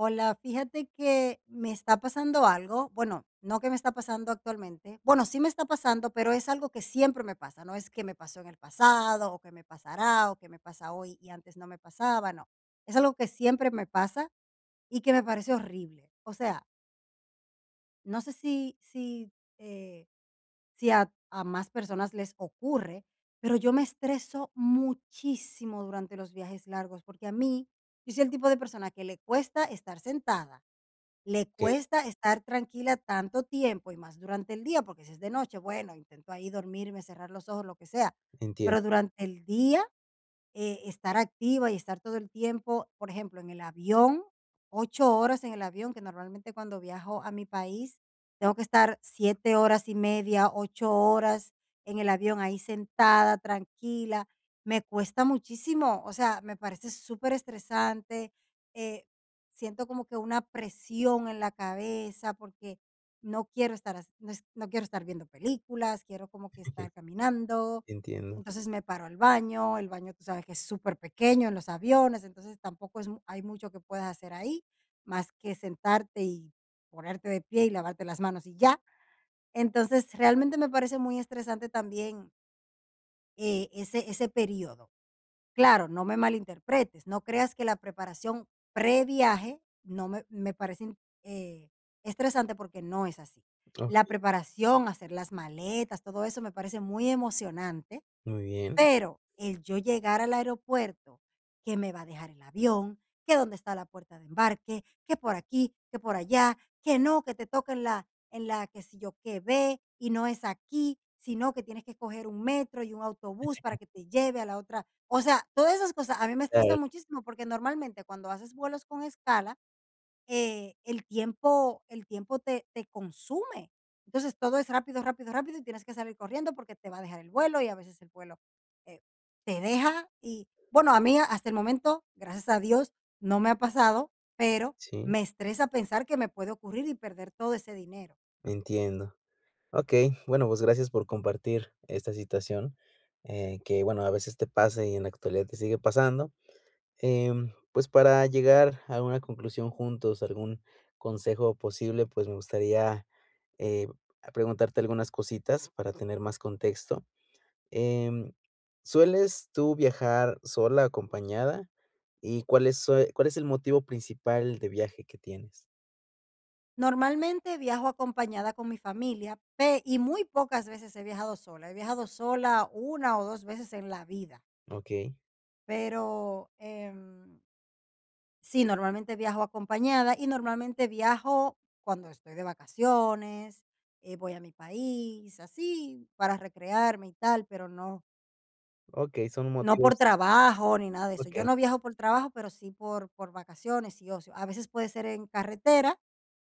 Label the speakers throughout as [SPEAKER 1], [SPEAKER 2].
[SPEAKER 1] Hola, fíjate que me está pasando algo, bueno, no que me está pasando actualmente, bueno, sí me está pasando, pero es algo que siempre me pasa, no es que me pasó en el pasado o que me pasará o que me pasa hoy y antes no me pasaba, no, es algo que siempre me pasa y que me parece horrible. O sea, no sé eh, si a más personas les ocurre, pero yo me estreso muchísimo durante los viajes largos porque yo soy el tipo de persona que le cuesta estar sentada, le
[SPEAKER 2] Okey,
[SPEAKER 1] cuesta estar tranquila tanto tiempo y más durante el día, porque si es de noche, bueno, intento ahí dormirme, cerrar los ojos, lo que sea,
[SPEAKER 2] entiendo,
[SPEAKER 1] pero durante el día, estar activa y estar todo el tiempo, por ejemplo, en el avión, 8 horas en el avión, que normalmente cuando viajo a mi país tengo que estar 7 horas y media, 8 horas en el avión, ahí sentada, tranquila. Me cuesta muchísimo, o sea, me parece superestresante. eh, Siento como que una presión en la cabeza porque no quiero estar viendo películas, quiero como que estar caminando.
[SPEAKER 2] entiendo.
[SPEAKER 1] Entonces me paro al baño, el baño tú sabes que es súper pequeño en los aviones, entonces tampoco es mu hay mucho que puedas hacer ahí, más que sentarte y ponerte de pie y lavarte las manos y ya. Entonces, realmente me parece muy estresante también, ese periodo. Claro, no me malinterpretes, no creas que la preparación previaje no me parece, estresante, porque no es así. La
[SPEAKER 2] Okey,
[SPEAKER 1] preparación, hacer las maletas, todo eso me parece muy emocionante.
[SPEAKER 2] muy bien.
[SPEAKER 1] Pero el yo llegar al aeropuerto, que me va a dejar el avión, que dónde está la puerta de embarque, que por aquí, que por allá, que no, que te toca en la que si yo qué ve y no es aquí, sino que tienes que coger un metro y un autobús para que te lleve a la otra. O sea, todas esas cosas a mí me
[SPEAKER 2] Claro,
[SPEAKER 1] estresan muchísimo porque normalmente cuando haces vuelos con escala, el tiempo te consume. Entonces, todo es rápido, rápido, rápido, y tienes que salir corriendo porque te va a dejar el vuelo, y a veces el vuelo, eh, te deja. Y, bueno, a mí hasta el momento, gracias a Dios, no me ha pasado, pero
[SPEAKER 2] sí,
[SPEAKER 1] me estresa pensar que me puede ocurrir y perder todo ese dinero.
[SPEAKER 2] entiendo. Okey, bueno, pues, gracias por compartir esta situación, que, bueno, a veces te pasa y en la actualidad te sigue pasando. Pues, para llegar a una conclusión juntos, algún consejo posible, pues, me gustaría, eh, preguntarte algunas cositas para tener más contexto. Em, ¿Sueles tú viajar sola o acompañada? ¿Y cuál es sue cuál es el motivo principal de viaje que tienes?
[SPEAKER 1] Normalmente viajo acompañada con mi familia, pe y muy pocas veces he viajado sola. He viajado sola una o 2 veces en la vida,
[SPEAKER 2] Okey,
[SPEAKER 1] pero, sí, normalmente viajo acompañada y normalmente viajo cuando estoy de vacaciones. Voy a mi país, así, para recrearme y tal, pero no,
[SPEAKER 2] okey, son
[SPEAKER 1] no por
[SPEAKER 2] motivos
[SPEAKER 1] trabajo ni nada de eso. Yo
[SPEAKER 2] okey,
[SPEAKER 1] no viajo por trabajo, pero sí por vacaciones y ocio. A veces puede ser en carretera,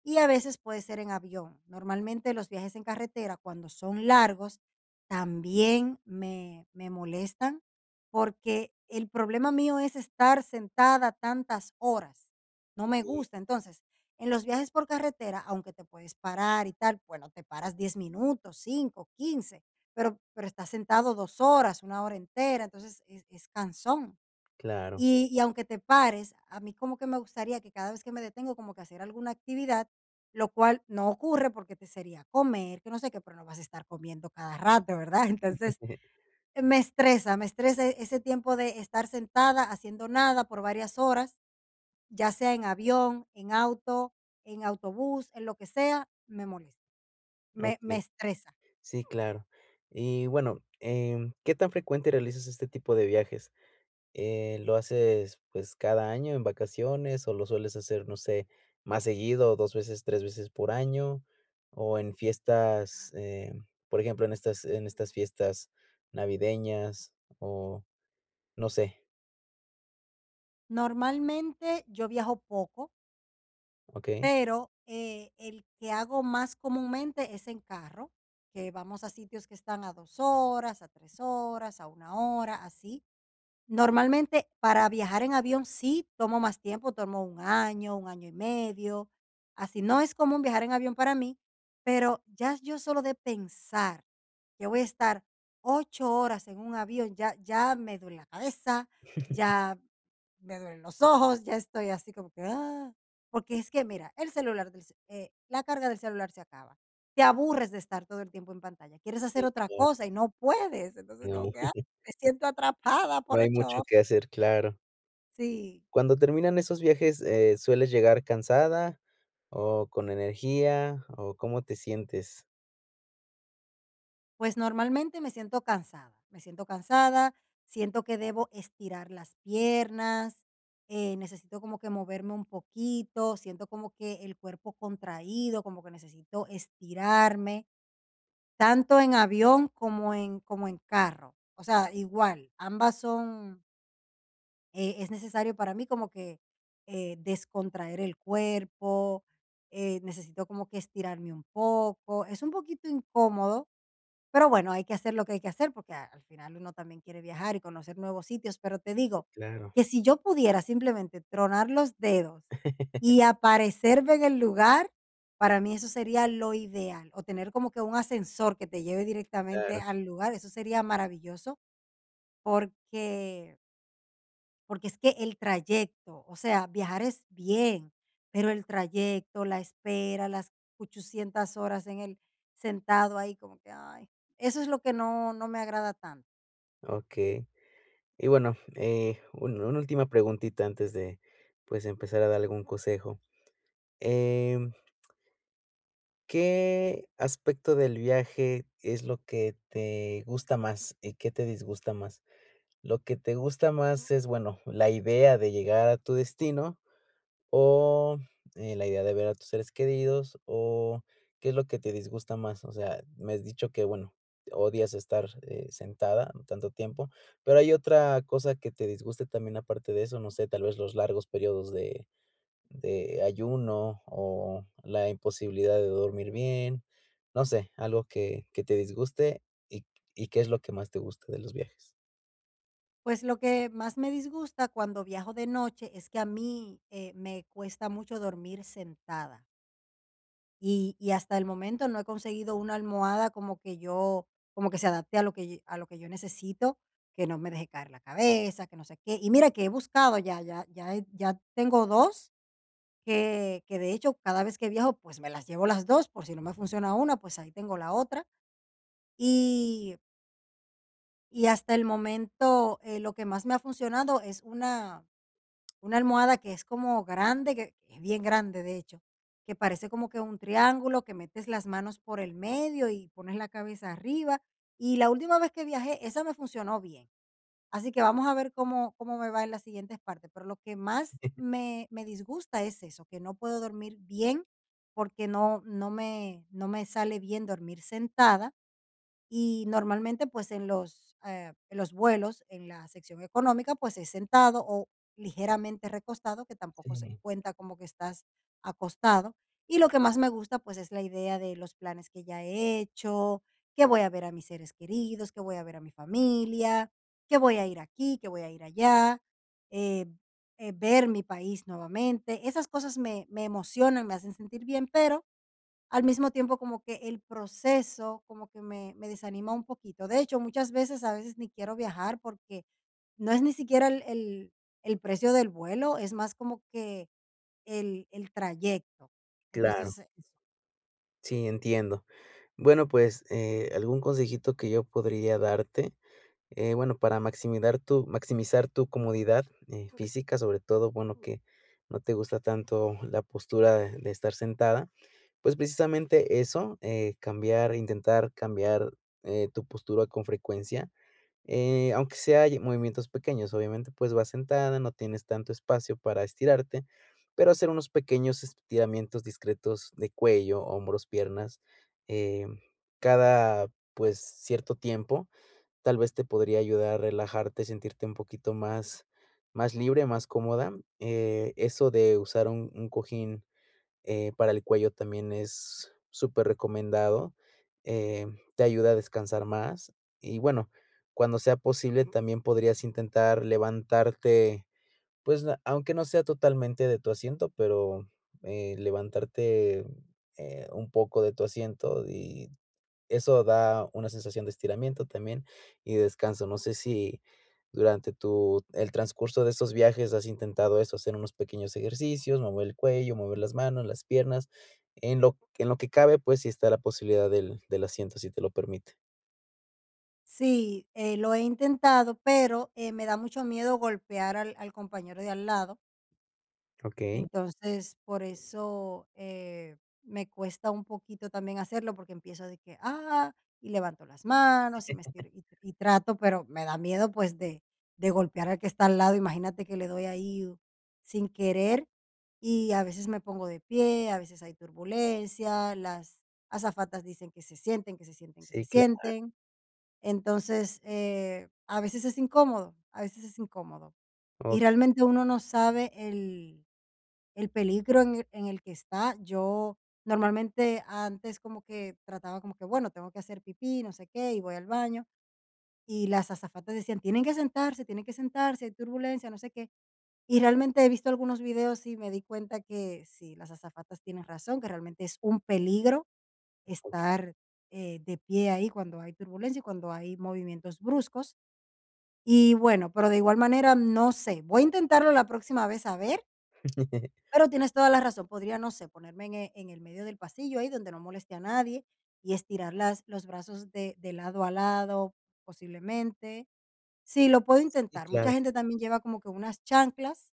[SPEAKER 1] y a veces puede ser en avión. Normalmente los viajes en carretera, cuando son largos, también me molestan porque el problema mío es estar sentada tantas horas. No me
[SPEAKER 2] sí,
[SPEAKER 1] gusta. Entonces, en los viajes por carretera, aunque te puedes parar y tal, bueno, te paras 10 minutos, cinco, quince, pero estás sentado 2 horas, una hora entera, entonces es cansón.
[SPEAKER 2] claro.
[SPEAKER 1] Y aunque te pares, a mí como que me gustaría que cada vez que me detengo, como que hacer alguna actividad, lo cual no ocurre porque te sería comer, que no sé qué, pero no vas a estar comiendo cada rato, ¿verdad? Entonces, me estresa, ese tiempo de estar sentada haciendo nada por varias horas, ya sea en avión, en auto, en autobús, en lo que sea, me molesta, me
[SPEAKER 2] Okey,
[SPEAKER 1] estresa.
[SPEAKER 2] sí, claro. Y bueno, ¿qué tan frecuente realizas este tipo de viajes? ¿Lo haces, pues, cada año en vacaciones o lo sueles hacer, no sé, más seguido, 2 veces, 3 veces por año? O en fiestas, por ejemplo, en estas fiestas navideñas o no sé,
[SPEAKER 1] Normalmente, yo viajo poco.
[SPEAKER 2] okey.
[SPEAKER 1] Pero, el que hago más comúnmente es en carro, que vamos a sitios que están a 2 horas, a 3 horas, a una hora, así. Normalmente, para viajar en avión sí tomo más tiempo, tomo un año y medio, así. No es común viajar en avión para mí, pero ya yo solo de pensar que voy a estar 8 horas en un avión, ya me duele la cabeza, ya me duelen los ojos, ya estoy así como que, ah, porque es que mira, el celular, la carga del celular se acaba. Te aburres de estar todo el tiempo en pantalla. Quieres
[SPEAKER 2] Sí,
[SPEAKER 1] hacer otra
[SPEAKER 2] claro,
[SPEAKER 1] cosa y no puedes. Entonces, como
[SPEAKER 2] no.
[SPEAKER 1] que, ah, me siento atrapada
[SPEAKER 2] No
[SPEAKER 1] por
[SPEAKER 2] hay
[SPEAKER 1] ocho
[SPEAKER 2] mucho que
[SPEAKER 1] horas.
[SPEAKER 2] hacer, claro.
[SPEAKER 1] Sí,
[SPEAKER 2] Cuando terminan esos viajes, ¿sueles llegar cansada o con energía o cómo te sientes?
[SPEAKER 1] pues normalmente me siento cansada. Me siento cansada, siento que debo estirar las piernas. Necesito como que moverme un poquito, siento como que el cuerpo contraído, como que necesito estirarme tanto en avión como en como en carro. O sea, igual, ambas son, es necesario para mí como que descontraer el cuerpo. Necesito como que estirarme un poco. Es un poquito incómodo, pero bueno, hay que hacer lo que hay que hacer, porque a al final uno también quiere viajar y conocer nuevos sitios, pero te digo
[SPEAKER 2] Claro,
[SPEAKER 1] que si yo pudiera simplemente tronar los dedos y aparecerme en el lugar, para mí eso sería lo ideal, o tener como que un ascensor que te lleve directamente
[SPEAKER 2] claro,
[SPEAKER 1] al lugar, eso sería maravilloso, porque porque es que el trayecto, o sea, viajar es bien, pero el trayecto, la espera, las 800 horas en el sentado ahí como que, ay, eso es lo que no me agrada tanto.
[SPEAKER 2] okey. Y bueno, un una última preguntita antes de, pues, empezar a dar algún consejo. Em, ¿Qué aspecto del viaje es lo que te gusta más y qué te disgusta más? Lo que te gusta más es, bueno, la idea de llegar a tu destino. O, la idea de ver a tus seres queridos, o, ¿qué es lo que te disgusta más? O sea, me has dicho que, bueno, odias estar, sentada tanto tiempo, pero, ¿hay otra cosa que te disguste también aparte de eso? No sé, tal vez los largos periodos de ayuno, o la imposibilidad de dormir bien, no sé, algo que te disguste, ¿y y qué es lo que más te gusta de los viajes?
[SPEAKER 1] Pues, lo que más me disgusta cuando viajo de noche es que a mí, me cuesta mucho dormir sentada. Y hasta el momento no he conseguido una almohada como que yo como que se adapte a a lo que yo necesito, que no me deje caer la cabeza, que no sé qué. Y mira que he buscado, ya tengo dos, que de hecho cada vez que viajo, pues me las llevo las 2 por si no me funciona una, pues ahí tengo la otra. Y hasta el momento, lo que más me ha funcionado es una almohada que es como grande, que es bien grande, de hecho, que parece como que un triángulo, que metes las manos por el medio y pones la cabeza arriba. Y la última vez que viajé, esa me funcionó bien. Así que vamos a ver cómo, cómo me va en las siguientes partes. Pero lo que más me disgusta es eso, que no puedo dormir bien porque no, no, no me sale bien dormir sentada y normalmente, pues, en los vuelos, en la sección económica, pues, es sentado o ligeramente recostado, que tampoco se
[SPEAKER 2] Sí,
[SPEAKER 1] cuenta como que estás acostado. Y lo que más me gusta, pues, es la idea de los planes que ya he hecho, que voy a ver a mis seres queridos, que voy a ver a mi familia, que voy a ir aquí, que voy a ir allá, eh, ver mi país nuevamente. Esas cosas me emocionan, me hacen sentir bien, pero al mismo tiempo, como que el proceso como que me desanima un poquito. De hecho, muchas veces, a veces ni quiero viajar porque no es ni siquiera el precio del vuelo, es más como que el trayecto.
[SPEAKER 2] claro.
[SPEAKER 1] Entonces, eso
[SPEAKER 2] Sí, entiendo. Bueno, pues, algún consejito que yo podría darte, bueno, para maximizar tu comodidad, física, sobre todo, bueno, que no te gusta tanto la postura de estar sentada, pues, precisamente eso, cambiar intentar cambiar, tu postura con frecuencia. Aunque sea ye movimientos pequeños, obviamente, pues, vas sentada, no tienes tanto espacio para estirarte, pero hacer unos pequeños estiramientos discretos de cuello, hombros, piernas, eh, cada, pues, cierto tiempo, tal vez te podría ayudar a relajarte, sentirte un poquito más libre, más cómoda. Eso de usar un cojín para el cuello también es superrecomendado, eh, te ayuda a descansar más. Y bueno, cuando sea posible, también podrías intentar levantarte, pues, na aunque no sea totalmente de tu asiento, pero, levantarte, un poco de tu asiento y eso da una sensación de estiramiento también y descanso. No sé si durante tu el transcurso de estos viajes has intentado eso, hacer unos pequeños ejercicios, mover el cuello, mover las manos, las piernas, en lo que cabe, pues, si está la posibilidad del asiento, si te lo permite.
[SPEAKER 1] sí, lo he intentado, pero, me da mucho miedo golpear al compañero de al lado.
[SPEAKER 2] Okey,
[SPEAKER 1] Entonces, por eso, me cuesta un poquito también hacerlo, porque empiezo de que, ah, y levanto las manos y me estiro y trato, pero me da miedo, pues, de golpear al que está al lado. Imagínate que le doy ahí, sin querer, y a veces me pongo de pie, a veces hay turbulencia, las azafatas dicen que se sienten, que se sienten, que se
[SPEAKER 2] sí, claro.
[SPEAKER 1] sienten. Entonces, a veces es incómodo, a veces es incómodo.
[SPEAKER 2] O
[SPEAKER 1] Y realmente uno no sabe el peligro en el que está. Yo normalmente antes como que trataba como que, bueno, tengo que hacer pipí, no sé qué, y voy al baño. Y las azafatas decían, tienen que sentarse, hay turbulencia, no sé qué. Y realmente he visto algunos videos y me di cuenta que sí, las azafatas tienen razón, que realmente es un peligro
[SPEAKER 2] okey.
[SPEAKER 1] estar, de pie ahí cuando hay turbulencia y cuando hay movimientos bruscos. Y bueno, pero de igual manera, no sé, voy a intentarlo la próxima vez, a ver, pero tienes toda la razón, podría, no sé, ponerme en en el medio del pasillo, ahí donde no moleste a nadie, y estirar las los brazos de lado a lado, posiblemente. Sí, lo puedo
[SPEAKER 2] Sí,
[SPEAKER 1] intentar.
[SPEAKER 2] claro,
[SPEAKER 1] Mucha gente también lleva como que unas chanclas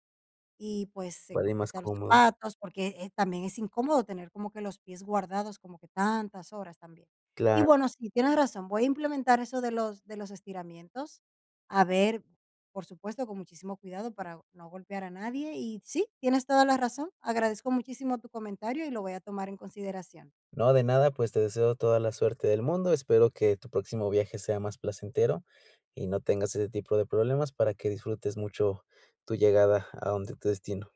[SPEAKER 1] y, pues, se
[SPEAKER 2] para ir más
[SPEAKER 1] quita los
[SPEAKER 2] cómodo.
[SPEAKER 1] zapatos, porque, también es incómodo tener como que los pies guardados como que tantas horas también. Y
[SPEAKER 2] Claro.
[SPEAKER 1] bueno, sí, tienes razón, voy a implementar eso de los, estiramientos, a ver, por supuesto, con muchísimo cuidado para no golpear a nadie. Y sí, tienes toda la razón, agradezco muchísimo tu comentario y lo voy a tomar en consideración.
[SPEAKER 2] No, de nada, pues te deseo toda la suerte del mundo. Espero que tu próximo viaje sea más placentero y no tengas ese tipo de problemas para que disfrutes mucho tu llegada a donde tu destino.